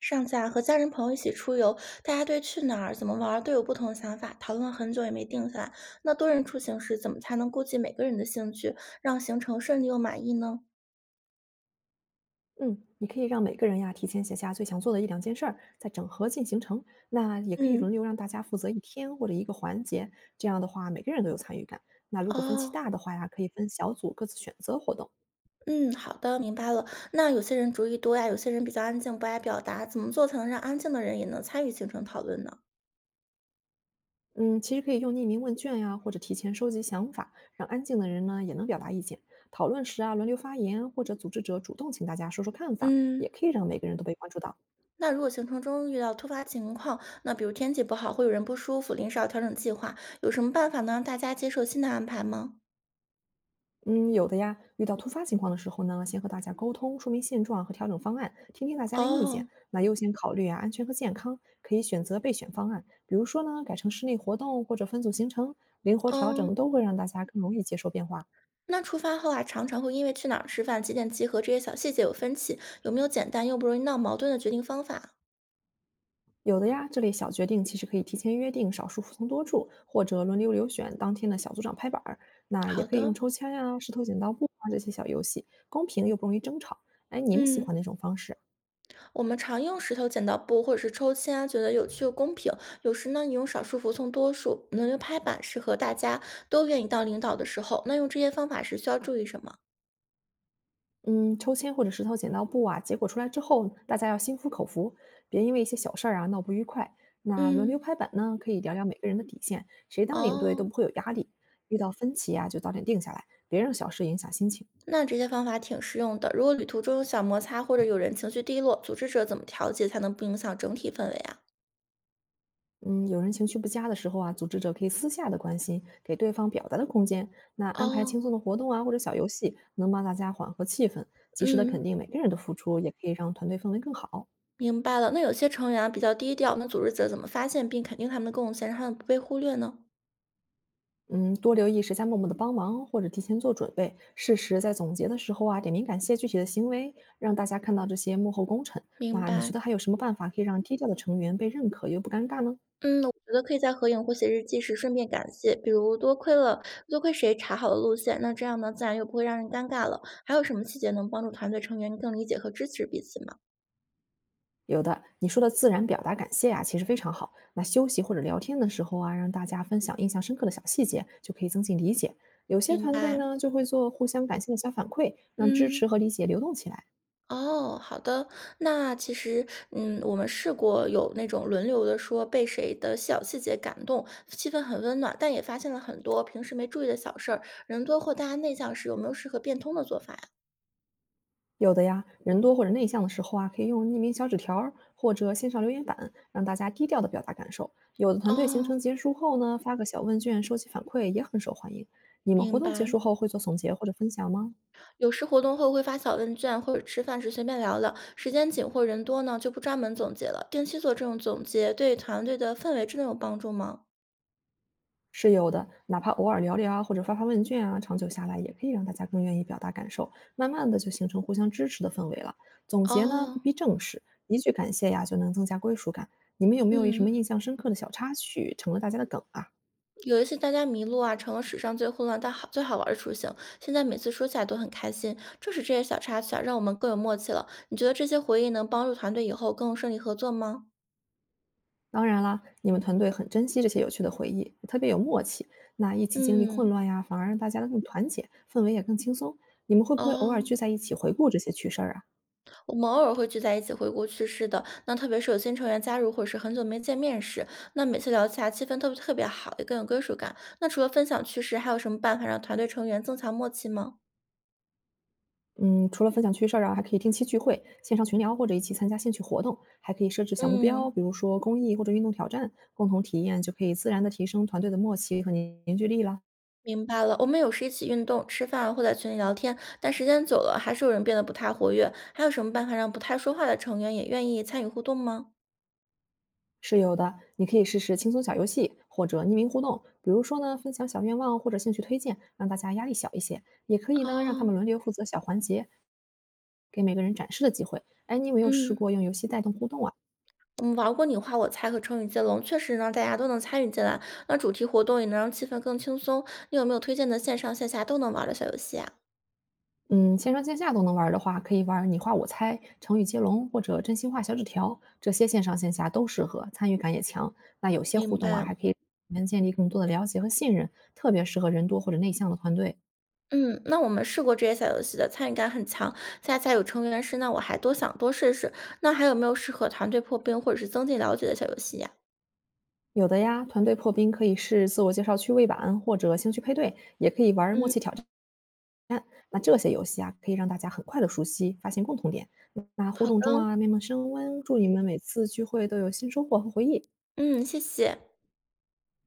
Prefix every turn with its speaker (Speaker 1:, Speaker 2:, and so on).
Speaker 1: 上次啊，和家人朋友一起出游，大家对去哪儿、怎么玩儿都有不同的想法，讨论了很久也没定下来。那多人出行时，怎么才能顾及每个人的兴趣，让行程顺利又满意呢？
Speaker 2: 嗯，你可以让每个人呀提前写下最想做的一两件事儿，再整合进行成。那也可以轮
Speaker 1: 嗯，
Speaker 2: 流让大家负责一天或者一个环节，这样的话每个人都有参与感。那如果分歧
Speaker 1: 哦，
Speaker 2: 大的话呀，可以分小组各自选择活动。
Speaker 1: 嗯，好的，明白了。那有些人主意多呀，有些人比较安静，不爱表达，怎么做才能让安静的人也能参与行程讨论呢？
Speaker 2: 嗯，其实可以用匿名问卷呀，或者提前收集想法，让安静的人呢也能表达意见。讨论时啊，轮流发言，或者组织者主动请大家说说看法，
Speaker 1: 嗯，
Speaker 2: 也可以让每个人都被关注到。
Speaker 1: 那如果行程中遇到突发情况，那比如天气不好，会有人不舒服，临时要调整计划，有什么办法能让大家接受新的安排吗？
Speaker 2: 嗯，有的呀。遇到突发情况的时候呢，先和大家沟通，说明现状和调整方案，听听大家的意见。
Speaker 1: 哦，
Speaker 2: 那优先考虑啊安全和健康，可以选择备选方案，比如说呢改成室内活动或者分组行程，灵活调整
Speaker 1: 嗯。
Speaker 2: 都会让大家更容易接受变化。
Speaker 1: 那出发后啊，常常会因为去哪儿吃饭、几点集合这些小细节有分歧，有没有简单又不容易闹矛盾的决定方法？
Speaker 2: 有的呀，这类小决定其实可以提前约定少数服从多数，或者轮流选当天的小组长拍板儿。那也
Speaker 1: 好
Speaker 2: 可以用
Speaker 1: 的，
Speaker 2: 抽签呀、石头剪刀布啊这些小游戏，公平又不容易争吵。哎，你们喜
Speaker 1: 嗯，
Speaker 2: 欢哪种方式啊？
Speaker 1: 我们常用石头剪刀布或者是抽签啊，觉得有趣又公平。有时呢，你用少数服从多数，轮流拍板，适合大家都愿意当领导的时候。那用这些方法时需要注意什么？
Speaker 2: 嗯，抽签或者石头剪刀布啊，结果出来之后，大家要心服口服，别因为一些小事儿啊闹不愉快。那轮
Speaker 1: 嗯，
Speaker 2: 流拍板呢，可以聊聊每个人的底线，谁当领队都
Speaker 1: 哦，
Speaker 2: 不会有压力。遇到分歧啊，就早点定下来，别让小事影响心情。
Speaker 1: 那这些方法挺实用的。如果旅途中有小摩擦或者有人情绪低落，组织者怎么调节才能不影响整体氛围啊？
Speaker 2: 嗯，有人情绪不佳的时候啊，组织者可以私下的关心，给对方表达的空间。那安排轻
Speaker 1: 哦，
Speaker 2: 松的活动啊，或者小游戏，能帮大家缓和气氛，及时的
Speaker 1: 嗯。
Speaker 2: 肯定每个人的付出，也可以让团队氛围更好。
Speaker 1: 明白了，那有些成员啊比较低调，那组织者怎么发现并肯定他们的贡献，让他们不被忽略呢？
Speaker 2: 嗯，多留意谁在默默的帮忙，或者提前做准备。适时在总结的时候啊，点名感谢具体的行为，让大家看到这些幕后功臣。
Speaker 1: 明
Speaker 2: 那你觉
Speaker 1: 白，
Speaker 2: 得还有什么办法可以让低调的成员被认可又不尴尬呢？
Speaker 1: 嗯，我觉得可以在合影或写日记时顺便感谢，比如多亏了谁查好了路线，那这样呢自然又不会让人尴尬了。还有什么细节能帮助团队成员更理解和支持彼此吗？
Speaker 2: 有的，你说的自然表达感谢啊，其实非常好。那休息或者聊天的时候啊，让大家分享印象深刻的小细节，就可以增进理解。有些
Speaker 1: 明
Speaker 2: 团队
Speaker 1: 白，
Speaker 2: 呢，就会做互相感谢的小反馈，让支持
Speaker 1: 嗯。
Speaker 2: 和理解流动起来。
Speaker 1: 哦，好的。那其实，嗯，我们试过有那种轮流的说被谁的小细节感动，气氛很温暖，但也发现了很多平时没注意的小事儿。人多或大家内向时，有没有适合变通的做法呀？
Speaker 2: 有的呀，人多或者内向的时候啊，可以用匿名小纸条儿或者线上留言板，让大家低调的表达感受。有的团队行
Speaker 1: 哦，
Speaker 2: 程结束后呢，发个小问卷收集反馈也很受欢迎。你们活
Speaker 1: 明
Speaker 2: 动结
Speaker 1: 白。
Speaker 2: 束后会做总结或者分享吗？
Speaker 1: 有时活动后会发小问卷，或者吃饭时随便聊聊。时间紧或人多呢，就不专门总结了。定期做这种总结，对团队的氛围真的有帮助吗？
Speaker 2: 是有的，哪怕偶尔聊聊啊或者发发问卷啊，长久下来也可以让大家更愿意表达感受，慢慢的就形成互相支持的氛围了。总结呢
Speaker 1: 哦，
Speaker 2: 不必正式，一句感谢呀就能增加归属感。你们有没有什
Speaker 1: 嗯。
Speaker 2: 么印象深刻的小插曲成了大家的梗啊？
Speaker 1: 有一次大家迷路啊，成了史上最混乱但好最好玩的出行。现在每次说起来都很开心，正是这些小插曲啊，让我们更有默契了。你觉得这些回忆能帮助团队以后更顺利合作吗？
Speaker 2: 当然啦，你们团队很珍惜这些有趣的回忆，也特别有默契。那一起经历混
Speaker 1: 嗯，
Speaker 2: 乱呀，反而让大家更团结，氛围也更轻松。你们会不会偶尔
Speaker 1: 哦，
Speaker 2: 聚在一起回顾这些趣事儿啊？
Speaker 1: 我们偶尔会聚在一起回顾趣事的，那特别是有新成员加入或者是很久没见面时，那每次聊起来气氛特别好，也更有归属感。那除了分享趣事，还有什么办法让团队成员增强默契吗？
Speaker 2: 嗯，除了分享趣事儿啊，还可以定期聚会、线上群聊或者一起参加兴趣活动，还可以设置小目标，
Speaker 1: 嗯。
Speaker 2: 比如说公益或者运动挑战，共同体验就可以自然的提升团队的默契和凝聚力啦。
Speaker 1: 明白了，我们有时一起运动、吃饭或在群里聊天，但时间久了还是有人变得不太活跃。还有什么办法让不太说话的成员也愿意参与互动吗？
Speaker 2: 是有的，你可以试试轻松小游戏或者匿名互动，比如说呢，分享小愿望或者兴趣推荐，让大家压力小一些。也可以呢，让他
Speaker 1: 哦，
Speaker 2: 们轮流负责小环节，给每个人展示的机会。哎，你有没有试
Speaker 1: 嗯，
Speaker 2: 过用游戏带动互动啊？
Speaker 1: 我们玩过你画我猜和成语接龙，确实让大家都能参与进来。那主题活动也能让气氛更轻松。你有没有推荐的线上线下都能玩的小游戏啊？
Speaker 2: 嗯，线上线下都能玩儿的话，可以玩儿你画我猜、成语接龙或者真心话小纸条，这些线上线下都适合，参与感也强。那有些
Speaker 1: 明
Speaker 2: 互动啊，
Speaker 1: 白。
Speaker 2: 还可以能建立更多的了解和信任，特别适合人多或者内向的团队。
Speaker 1: 嗯，那我们试过这些小游戏的，参与感很强。下次还有成员是，那我还多想多试试。那还有没有适合团队破冰或者是增进了解的小游戏呀、
Speaker 2: 有的呀，团队破冰可以是自我介绍趣味版或者兴趣配对，也可以玩儿默
Speaker 1: 嗯，
Speaker 2: 契挑战。那这些游戏啊，可以让大家很快的熟悉，发现共同点。那互
Speaker 1: 好
Speaker 2: 动中
Speaker 1: 的。
Speaker 2: 啊，慢慢升温，祝你们每次聚会都有新收获和回忆。
Speaker 1: 嗯，谢谢。